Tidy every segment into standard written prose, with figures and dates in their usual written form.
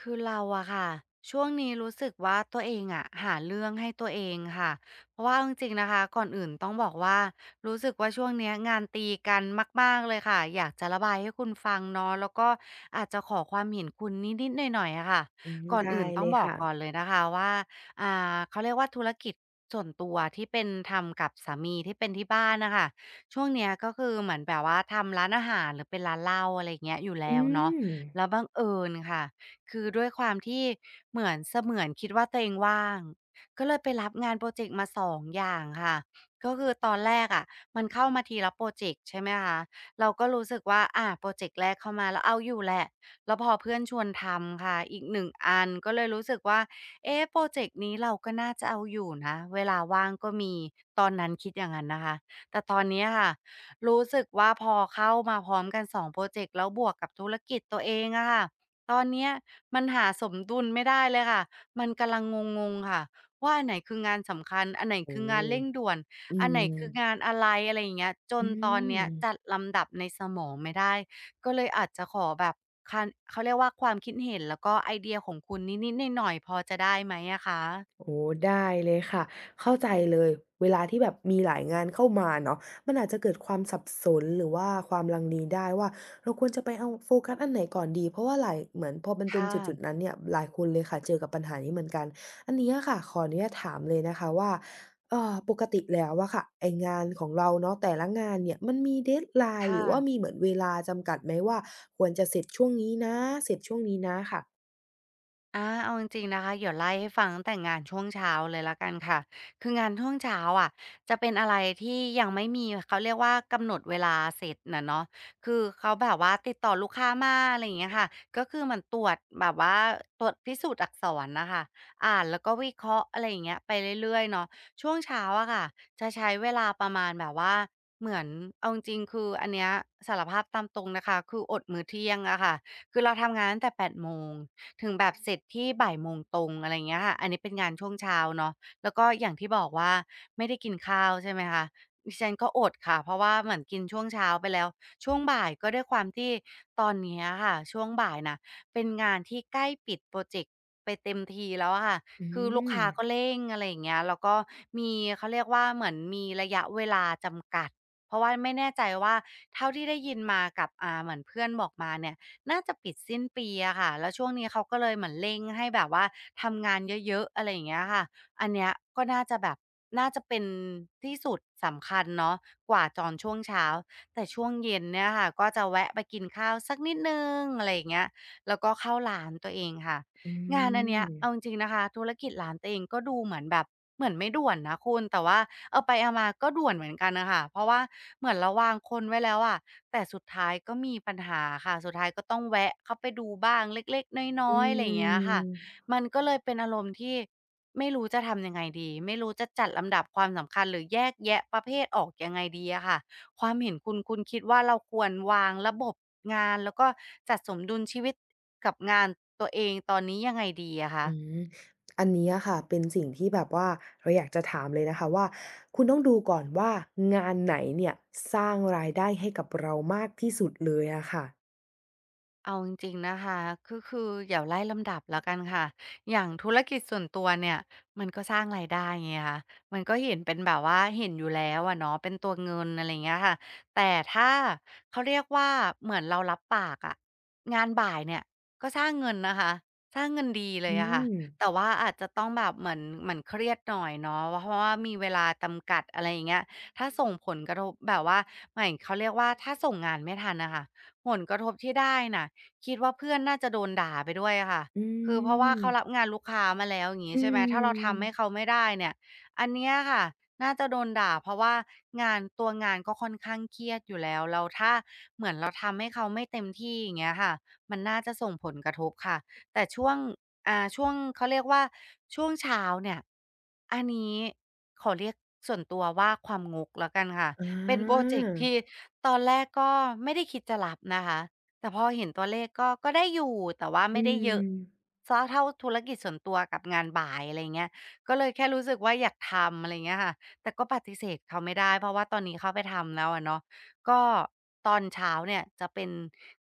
คือเราอะค่ะช่วงนี้รู้สึกว่าตัวเองอะหาเรื่องให้ตัวเองค่ะเพราะว่าเอาจริงๆนะคะก่อนอื่นต้องบอกว่ารู้สึกว่าช่วงเนี้ยงานตีกันมากๆเลยค่ะอยากจะระบายให้คุณฟังเนาะแล้วก็อาจจะขอความเห็นคุณนิดๆหน่อยๆอะค่ะอืมก่อนได้อื่นต้อเลงยบอกค่ะ ก่อนเลยนะคะว่าเขาเรียกว่าธุรกิจส่วนตัวที่เป็นทำกับสามีที่เป็นที่บ้านนะคะช่วงเนี้ยก็คือเหมือนแบบว่าทำร้านอาหารหรือเป็นร้านเหล้าอะไรอย่างเงี้ยอยู่แล้อืวเนาะแล้มวบังเอิญค่ะ คือด้วยความที่เหมือนเสมือนคิดว่าตัวเองว่างก็เลยไปรับงานโพรเจกต์มา2องอย่างค่ะก็คือตอนแรกอะมันเข้ามาทีละโพรเจกต์ใช่ไหมคะเราก็รู้สึกว่าอาโพรเจกต์แรกเข้ามาแล้วเอาอยู่แหละแล้วพอเพื่อนชวนทำค่ะอีกหนึ่งอันก็เลยรู้สึกว่าเอ๊ะโพรเจกต์นี้เราก็น่าจะเอาอยู่นะเวลาว่างก็มีตอนนั้นคิดอย่างนั้นนะคะแต่ตอนเนี้ยค่ะรู้สึกว่าพอเข้ามาพร้อมกันสองโพรเจกต์แล้วบวกกับธุรกิจตัวเองอะค่ะ ตอนเนี้ยมันหาสมดุลไม่ได้เลยค่ะ มันกำลังงงๆค่ะว่าอันไหนคืองานสำคัญอันไหนคืโอ้องานเร่งด่วนอือันไหนคืองามนอะไรอะไรอย่างเงี้ยจนอืตอนม เนี้ยจัดลำดับในสมองไม่ได้ก็เลยอาจจะขอแบบคันเขาเรียกว่าความคิดเห็นแล้วก็ไอเดียของคุณนิดๆหน่อยๆพอจะได้ไหมอะคะโอ้ได้เลยค่ะเข้าใจเลยเวลาที่แบบมีหลายงานเข้ามาเนาะมันอาจจะเกิดความสับสนหรือว่าความลังเลได้ว่าเราควรจะไปเอาโฟกัสอันไหนก่อนดีเพราะว่าหลายเหมือนพอมันเป็นค่ะจุดๆนั้นเนี่ยหลายคนเลยค่ะเจอกับปัญหานี้เหมือนกันอันเนี้ยค่ะขออนุญาตถามเลยนะคะว่าปกติแล้วอะค่ะไอ้งานของเราเนาะแต่ละงานเนี่ยมันมี deadline หค่ะ รือว่ามีเหมือนเวลาจำกัดไหมว่าควรจะเสร็จช่วงนี้นะเสร็จช่วงนี้นะค่ะอาเอาจริงๆนะคะเดี๋ยวไล่ให้ฟังตั้งแต่งานช่วงเช้าเลยแล้วกันค่ะคืองานช่วงเช้าอะจะเป็นอะไรที่ยังไม่มีเขาเรียกว่ากำหนดเวลาเสร็จน่ะเนาะคือเขาแบบว่าติดต่อลูกค้ามาอะไรอย่างเงี้ยค่ะ ก็คือเหมือนตรวจแบบว่าตรวจพิสูจน์อักษรน่ะค่ะอ่านแล้วก็วิเคราะห์อะไรอย่างเงี้ยไปเรื่อยๆเนาะช่วงเช้าอะค่ะจะใช้เวลาประมาณแบบว่าเหมือนเอาจริงๆคืออันเนี้ยสารภาพตามตรงนะคะคืออดมื้อเที่ยงอะค่ะคือเราทำงานตั้งแต่แปดโมง ถึงแบบเสร็จที่บ่ายโมงตรงอะไรเงี้ยค่ะอันนี้เป็นงานช่วงเช้าเนาะแล้วก็อย่างที่บอกว่าไม่ได้กินข้าวใช่ไหมคะดิฉันก็อดค่ะเพราะว่าเหมือนกินช่วงเช้าไปแล้วช่วงบ่ายก็ด้วยความที่ตอนเนี้ยค่ะ ช่วงบ่ายน่ะเป็นงานที่ใกล้ปิดพรอเจกต์ไปเต็มทีแล้วอะค่ะอืคือลูกมค้าก็เร่งอะไรอย่างเงี้ยแล้วก็มีเขาเรียกว่าเหมือนมีระยะเวลาจำกัดเพราะว่าไม่แน่ใจว่าเท่าที่ได้ยินมากับเหมือนเพื่อนบอกมาเนี่ย น่าจะปิดสิ้นปีอะค่ะแล้วช่วงนี้เขาก็เลยเหมือนเร่งให้แบบว่าทำงานเยอะๆอะไรอย่างเงี้ยค่ะอันเนี้ยก็น่าจะแบบน่าจะเป็นที่สุดสำคัญเนาะกว่าตอนช่วงเช้าแต่ช่วงเย็นเนี่ยค่ะก็จะแวะไปกินข้าวสักนิดหนึ่งอะไรอย่างเงี้ยแล้วก็เข้าร้านตัวเองค่ะ อืงานอันเนี้ยเอาจม ริงๆนะคะธุรกิจร้านตัวเองก็ดูเหมือนแบบเหมือนไม่ด่วนนะคุณแต่ว่าเอาไปเอามาก็ด่วนเหมือนกันนะคะเพราะว่าเหมือนเราวางคนไว้แล้วอะแต่สุดท้ายก็มีปัญหาค่ะสุดท้ายก็ต้องแวะเข้าไปดูบ้างเล็กๆน้อือยๆอะไรอย่างเงี้ยค่ะมมันก็เลยเป็นอารมณ์ที่ไม่รู้จะทำยังไงดีไม่รู้จะจัดลำดับความสำคัญหรือแยกแยะประเภทออกยังไงดีอะค่ะ ความเห็นคุณคุณคิดว่าเราควรวางระบบงานแล้วก็จัดสมดุลชีวิตกับงานตัวเองตอนนี้ยังไงดีอะคะ อืมอันนี้อะค่ะเป็นสิ่งที่แบบว่าเราอยากจะถามเลยนะคะว่าคุณต้องดูก่อนว่างานไหนเนี่ยสร้างรายได้ให้กับเรามากที่สุดเลยอะค่ะเอาจริงๆนะคะก็คือเย่๋ยวไล่ลำดับแล้วกันค่ะ อย่างธุรกิจส่วนตัวเนี่ยมันก็สร้างรายได้ไงคะมันก็เห็นเป็นแบบว่าเห็นอยู่แล้วอะเนาะเป็นตัวเงินอะไร่าเงี้ยค่ะแต่ถ้าเขาเรียกว่าเหมือนเรารับปากอะงานบ่ายเนี่ยก็สร้างเงินนะคะสร้างเงินดีเลอืยอะค่ะม แต่ว่าอาจจะต้องแบบเหมือนเครียดหน่อยเนาะเพราะว่ามีเวลาจำกัดอะไรอย่างเงี้ยถ้าส่งผลกระทบแบบว่าหมายเขาเรียกว่าถ้าส่งงานไม่ทันนะคะผลกระทบที่ได้น่ะ คิดว่าเพื่อนน่าจะโดนด่าไปด้วยอะค่ะอืคือเพราะว่าเขารับม งานลูกค้ามาแล้วอย่างงี้อืใช่ไหมถ้าเรามทำให้เขาไม่ได้เนี่ยอันเนี้ยค่ะน่าจะโดนด่าเพราะว่างานตัวงานก็ค่อนข้างเครียดอยู่แล้วแล้วถ้าเหมือนเราทำให้เขาไม่เต็มที่อย่างเงี้ยค่ะมันน่าจะส่งผลกระทบค่ะแต่ช่วงช่วงเขาเรียกว่าช่วงเช้าเนี่ยอันนี้ขอเรียกส่วนตัวว่าความงกแล้วกันค่ะอาเป็นพรอเจกต์ที่ตอนแรกก็ไม่ได้คิดจะรับนะคะ แต่พอเห็นตัวเลขก็ได้อยู่แต่ว่าอืไม่ได้เยม อะเสียเท่าธุรกิจส่วนตัวกับงานบ่ายอะไรเงี้ยก็เลยแค่รู้สึกว่าอยากทำอะไรเงี้ยค่ะแต่ก็ปฏิเสธเขาไม่ได้เพราะว่าตอนนี้เขาไปทำแล้วอะเนาะก็ตอนเช้าเนี่ยจะเป็น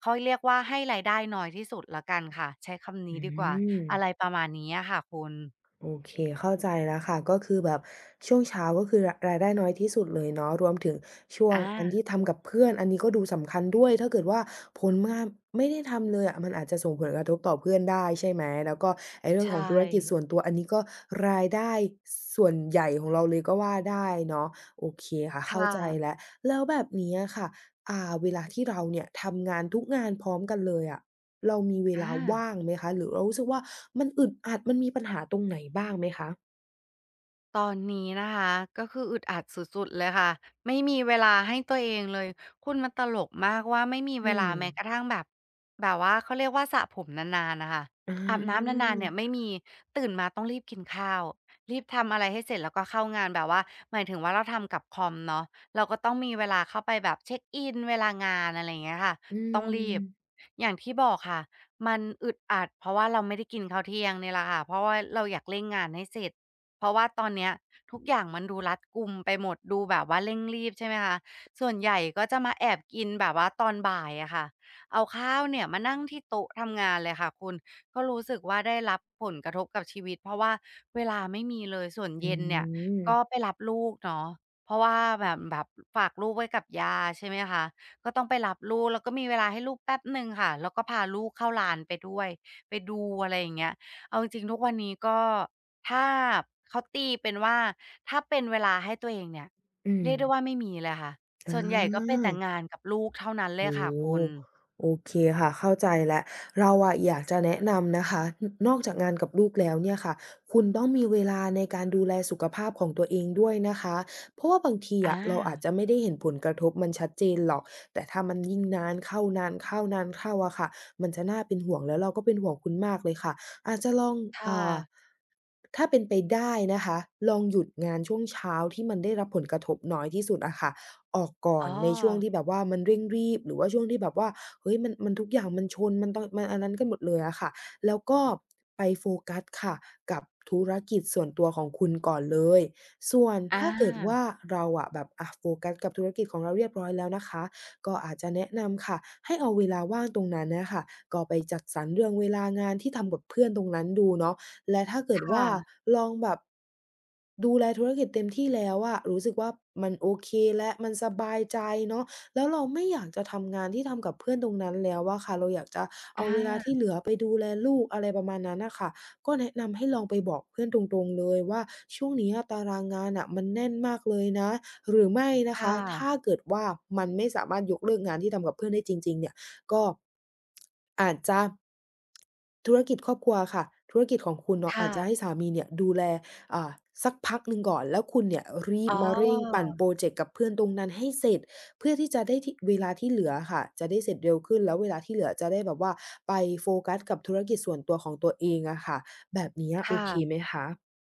เขาเรียกว่าให้รายได้น้อยที่สุดแล้วกันค่ะใช้คำนี้อืดีกว่าม อะไรประมาณนี้อะค่ะคุณโอเคเข้าใจแล้วค่ะก็คือแบบช่วงเช้าก็คือรายได้น้อยที่สุดเลยเนาะรวมถึงช่วงอาอันที่ทำกับเพื่อนอันนี้ก็ดูสำคัญด้วยถ้าเกิดว่าผลงานไม่ได้ทำเลยอะมันอาจจะส่งผลกระทบต่อเพื่อนได้ใช่ไหมแล้วก็ไอ้เรื่องของใช่ธุรกิจส่วนตัวอันนี้ก็รายได้ส่วนใหญ่ของเราเลยก็ว่าได้เนาะโอเคค่ะเข้าค่ะใจแล้วแล้วแบบนี้อะค่ะอ่าเวลาที่เราเนี่ยทำงานทุกงานพร้อมกันเลยอะ เรามีเวอา ลาว่างไหมคะหรือเรารู้สึกว่ามันอึดอัดมันมีปัญหาตรงไหนบ้างไหมคะตอนนี้นะคะก็คืออึดอัดสุดๆเลยค่ะไม่มีเวลาให้ตัวเองเลยคุณมันตลกมากว่าไม่มีอืเวลามแม้กระทั่งแบบว่าเขาเรียกว่าสระผมนานๆน่ะค่ะออาบน้ำานานๆเนี่ยไม่มีตื่นมาต้องรีบกินข้าวรีบทำอะไรให้เสร็จแล้วก็เข้างานแบบว่าหมายถึงว่าเราทำกับคอมเนาะเราก็ต้องมีเวลาเข้าไปแบบเช็กอินเวลางานอะไรอย่างเงี้ยค่ะอืต้องรีบมอย่างที่บอกค่ะมันอึดอัดเพราะว่าเราไม่ได้กินข้าวเที่ยงเนี่ยแหละค่ะเพราะว่าเราอยากเร่งงานให้เสร็จ เพราะว่าตอนเนี้ยทุกอย่างมันดูรัดกุมไปหมดดูแบบว่าเร่งรีบใช่ไหมคะส่วนใหญ่ก็จะมาแอบกินแบบว่าตอนบ่ายอะค่ะเอาข้าวเนี่ยมานั่งที่โต๊ะทำงานเลยค่ะคุณก็รู้สึกว่าได้รับผลกระทบกับชีวิตเพราะว่าเวลาไม่มีเลยส่วนอืเย็นเนี่ยก็มไปรับลูกเนาะเพราะว่าแบบฝากลูกไว้กับย่าใช่ไหมคะก็ต้องไปรับลูกแล้วก็มีเวลาให้ลูกแป๊บหนึ่งค่ะแล้วก็พาลูกเข้าลานไปด้วยไปดูอะไรอย่างเงี้ยเอาจริงๆทุกวันนี้ก็ ถ้าเขาตีเป็นว่าถ้าเป็นเวลาให้ตัวเองเนี่ยอืมเรียกได้ว่าไม่มีเลยค่ะส่อา วนใหญ่ก็เป็นแต่งานกับลูกเท่านั้นเลยโอ้ค่ะคุณโอเคค่ะเข้าใจแล้วเราอะอยากจะแนะนำนะคะนอกจากงานกับลูกแล้วเนี่ยค่ะคุณต้องมีเวลาในการดูแลสุขภาพของตัวเองด้วยนะคะเพราะว่าบางทีอาอะเราอาจจะไม่ได้เห็นผลกระทบมันชัดเจนหรอกแต่ถ้ามันยิ่งนานเข้านานเข้านานเข้าอะค่ะมันจะน่าเป็นห่วงแล้วเราก็เป็นห่วงคุณมากเลยค่ะอาจจะลองค่ะอ่าถ้าเป็นไปได้นะคะลองหยุดงานช่วงเช้าที่มันได้รับผลกระทบน้อยที่สุดอะค่ะ ออกก่ออ๋อนในช่วงที่แบบว่ามันเร่งรีบหรือว่าช่วงที่แบบว่าเฮ้ยมันทุกอย่างมันชนมันต้องมันอันนั้นกันหมดเลยอะค่ะแล้วก็ไปโฟกัสค่ะกับธุรกิจส่วนตัวของคุณก่อนเลยส่วนอาถ้าเกิดว่าเราอะแบบอะโฟกัสกับธุรกิจของเราเรียบร้อยแล้วนะคะก็อาจจะแนะนำค่ะให้เอาเวลาว่างตรงนั้นน่ะค่ะก็ไปจัดสรรเรื่องเวลางานที่ทำกับเพื่อนตรงนั้นดูเนาะ และถ้าเกิดค่ะว่าลองแบบดูแลธุรกิจเต็มที่แล้วอะรู้สึกว่ามันโอเคแล้วมันสบายใจเนาะแล้วเราไม่อยากจะทำงานที่ทำกับเพื่อนตรงนั้นแล้วอะค่ะเราอยากจะอเอาเวลาที่าเหลือไปดูแลลูกอะไรประมาณนั้นน่ะค่ะก็แนะนำให้ลองไปบอกเพื่อนตรงๆเลยว่าช่วงนี้อะตารางงานน่ะมันแน่นมากเลยนะหรือไม่นะค่คะถ้าะเกิดว่ามันไม่สามารถยกเลิกงานที่ทำกับเพื่อนได้จริงๆเนี่ย ก็อาจจะธุรกิจครอบครัวอะค่ะธุรกิจของคุณเนาะอาจจะให้ค่ะสามีเนี่ยดูแลอ่าสักพักหนึ่งก่อนแล้วคุณเนี่ยรีอ๋บอมาเร่งปั่นพรอเจกต์กับเพื่อนตรงนั้นให้เสร็จเพื่อที่จะได้ที่เวลาที่เหลืออะค่ะจะได้เสร็จเร็วขึ้นแล้วเวลาที่เหลือจะได้แบบว่าไปโฟกัสกับธุรกิจส่วนตัวของตัวเองอะค่ะแบบเนี้ยคโอเคไหม่ะ คะ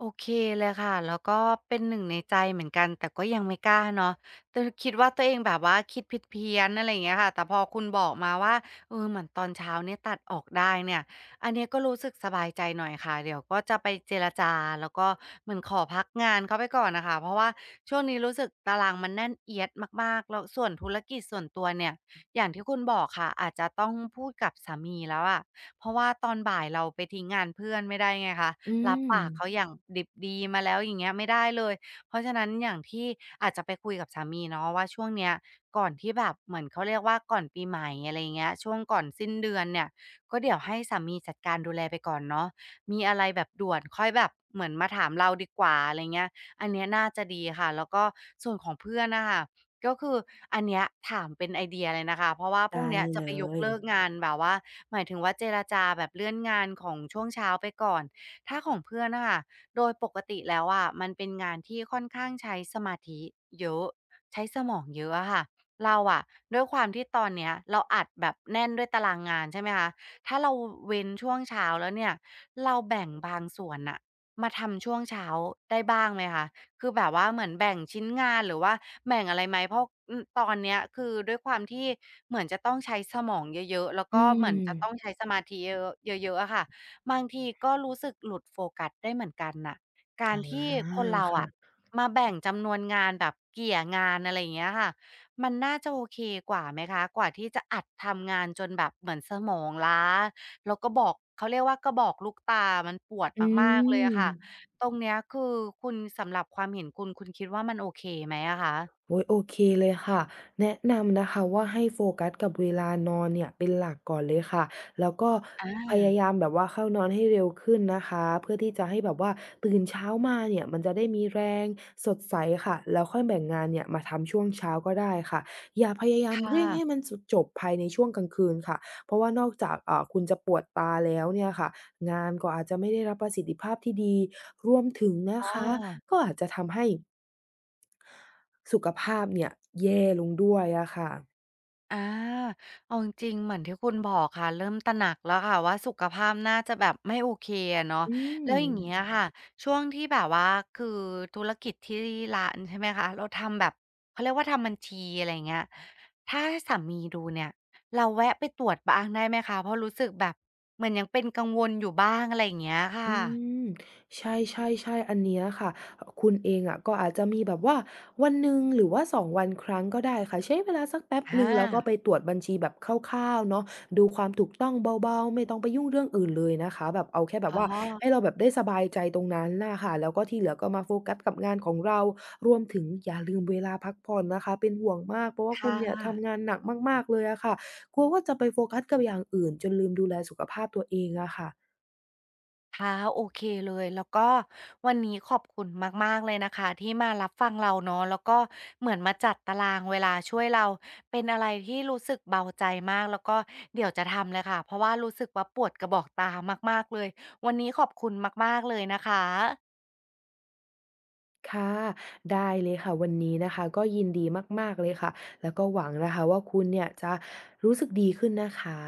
โอเคเลยค่ะแล้วก็เป็นหนึ่งในใจเหมือนกันแต่ก็ยังไม่กล้าเนาะแต่คิดว่าตัวเองแบบว่าคิดผิดเพี้ยนอะไรอย่างเงี้ยค่ะแต่พอคุณบอกมาว่าเออเหมือนตอนเช้าเนี่ยตัดออกได้เนี่ยอันเนี้ยก็รู้สึกสบายใจหน่อยค่ะเดี๋ยวก็จะไปเจรจาแล้วก็เหมือนขอพักงานเขาไปก่อนน่ะค่ะเพราะว่าช่วงนี้รู้สึกตารางมันแน่นเอียดมากๆแล้วส่วนธุรกิจส่วนตัวเนี่ยอย่างที่คุณบอกค่ะอาจจะต้องพูดกับสามีแล้วอะเพราะว่าตอนบ่ายเราไปทิ้งงานเพื่อนไม่ได้ไงคะ อืรับมปากเขาอย่างดิบดีมาแล้วอย่างเงี้ยไม่ได้เลยเพราะฉะนั้นอย่างที่อาจจะไปคุยกับสามีเนาะว่าช่วงเนี้ยก่อนที่แบบเหมือนเขาเรียกว่าก่อนปีใหม่อะไรเงี้ยช่วงก่อนสิ้นเดือนเนี่ยก็เดี๋ยวให้สามีจัดการดูแลไปก่อนเนาะมีอะไรแบบด่วนค่อยแบบเหมือนมาถามเราดีกว่าอะไรเงี้ยอันเนี้ยน่าจะดีค่ะแล้วก็ส่วนของเพื่อนนะคะก็คืออันเนี้ยถามเป็นไอเดียเลยนะคะเพราะว่าพรุ่งได้เนี้ยจะเลไปยกยเลิกงานแบบว่าหมายถึงว่าเจรจาแบบเลื่อนงานของช่วงเช้าไปก่อน ถ้าของเพื่อนนะคะโดยปกติแล้วอะมันเป็นงานที่ค่อนข้างใช้สมาธิเยอะใช้สมองเยอะอะค่ะเราอะด้วยความที่ตอนเนี้ยเราอัดแบบแน่นด้วยตารางงานใช่ไหมคะถ้าเราเว้นช่วงเช้าแล้วเนี่ยเราแบ่งบางส่วนน่ะมาทำช่วงเช้าได้บ้างไหมคะคือแบบว่าเหมือนแบ่งชิ้นงานหรือว่าแบ่งอะไรไหมเพราะอืมตอนเนี้ยคือด้วยความที่เหมือนจะต้องใช้สมองเยอะๆแล้วอืก็เหมือนจะต้องใช้มสมาธิเยอะๆเยอะๆอะค่ะ บางทีก็รู้สึกหลุดโฟกัสได้เหมือนกันน่ะการอาที่คนเราอะค่ะมาแบ่งจำนวนงานแบบเกี่ยงานอะไรอย่างเงี้ยค่ะมันน่าจะโอเคกว่าไหมคะกว่าที่จะอัดทำงานจนแบบเหมือนสมองล้าแล้วก็บอกเขาเรียกว่ากระบอกลูกตามันปวดอืมากๆเลยอะค่ะม ตรงเนี้ยคือคุณสำหรับความเห็นคุณคิดว่ามันโอเคไหมอะคะโอ๊ยโอเคเลยค่ะแนะนำนะคะว่าให้โฟกัสกับเวลานอนเนี่ยเป็นหลักก่อนเลยค่ะแล้วก็อพยาายามแบบว่าเข้านอนให้เร็วขึ้นนะคะเพื่อที่จะให้แบบว่าตื่นเช้ามาเนี่ยมันจะได้มีแรงสดใสค่ะแล้วค่อยแบ่งงานเนี่ยมาทำช่วงเช้าก็ได้ค่ะอย่าพยายามค่ะเร่งให้มันสุดจบภายในช่วงกลางคืนค่ะเพราะว่านอกจากคุณจะปวดตาแล้วเนี่ยค่ะงานก็อาจจะไม่ได้รับประสิทธิภาพที่ดีรวมถึงนะอ้อ คะก็อาจจะทำให้ สุขภาพเนี่ยแย่ลงด้วยอะค่ะอาเอาจริงๆเหมือนที่คุณบอกค่ะเริ่มตระหนักแล้วค่ะว่าสุขภาพน่าจะแบบไม่โอเคอะเนาะอืม แล้วอย่างเงี้ยค่ะช่วงที่แบบว่าคือธุรกิจที่ร้านใช่ไหมคะเราทำแบบเขาเรียกว่าทำบัญชีอะไรอย่างเงี้ยถ้าให้สามีดูเนี่ยเราแวะไปตรวจบ้างได้ไหมคะเพราะรู้สึกแบบเหมือนยังเป็นกังวลอยู่บ้างอะไรอย่างเงี้ยค่ะอืมใช่ๆๆอันเนี้ยค่ะอคุณเองอะก็อาจจะมีแบบว่าวันหนึ่งหรือว่าสองวันครั้งก็ได้ค่ะใช้เวลาสักแป๊บอหนึ่งแล้วก็ไปาตรวจบัญชีแบบคร่าวๆเนาะดูความถูกต้องเบาๆไม่ต้องไปยุ่งเรื่องอื่นเลยนะคะแบบเอาแค่แบอ๋บอว่าให้เราแบบได้สบายใจตรงนั้นน่ะค่ะแล้วก็ที่เหลือก็มาโฟกัสกับงานของเรารวมถึงอย่าลืมเวลาพักผ่อนนะคะเป็นห่วงมากเพราะว่าคุค่ณเนี่ยทำะ งานหนักมากๆเลยอะค่ะกลัวว่าจะไปโฟกัสกับอย่างอื่นจนลืมดูแลสุขภาพตัวเองอะค่ะ ค่ะโอเคเลยแล้วก็วันนี้ขอบคุณมากๆเลยนะคะที่มารับฟังเราเนาะแล้วก็เหมือนมาจัดตารางเวลาช่วยเราเป็นอะไรที่รู้สึกเบาใจมากแล้วก็เดี๋ยวจะทำเลยค่ะเพราะว่ารู้สึกว่าปวดกระบอกตามากๆเลยวันนี้ขอบคุณมากๆเลยนะคะค่ะได้เลยค่ะวันนี้นะคะก็ยินดีมากๆเลยค่ะแล้วก็หวังนะคะว่าคุณเนี่ยจะรู้สึกดีขึ้นนะคะ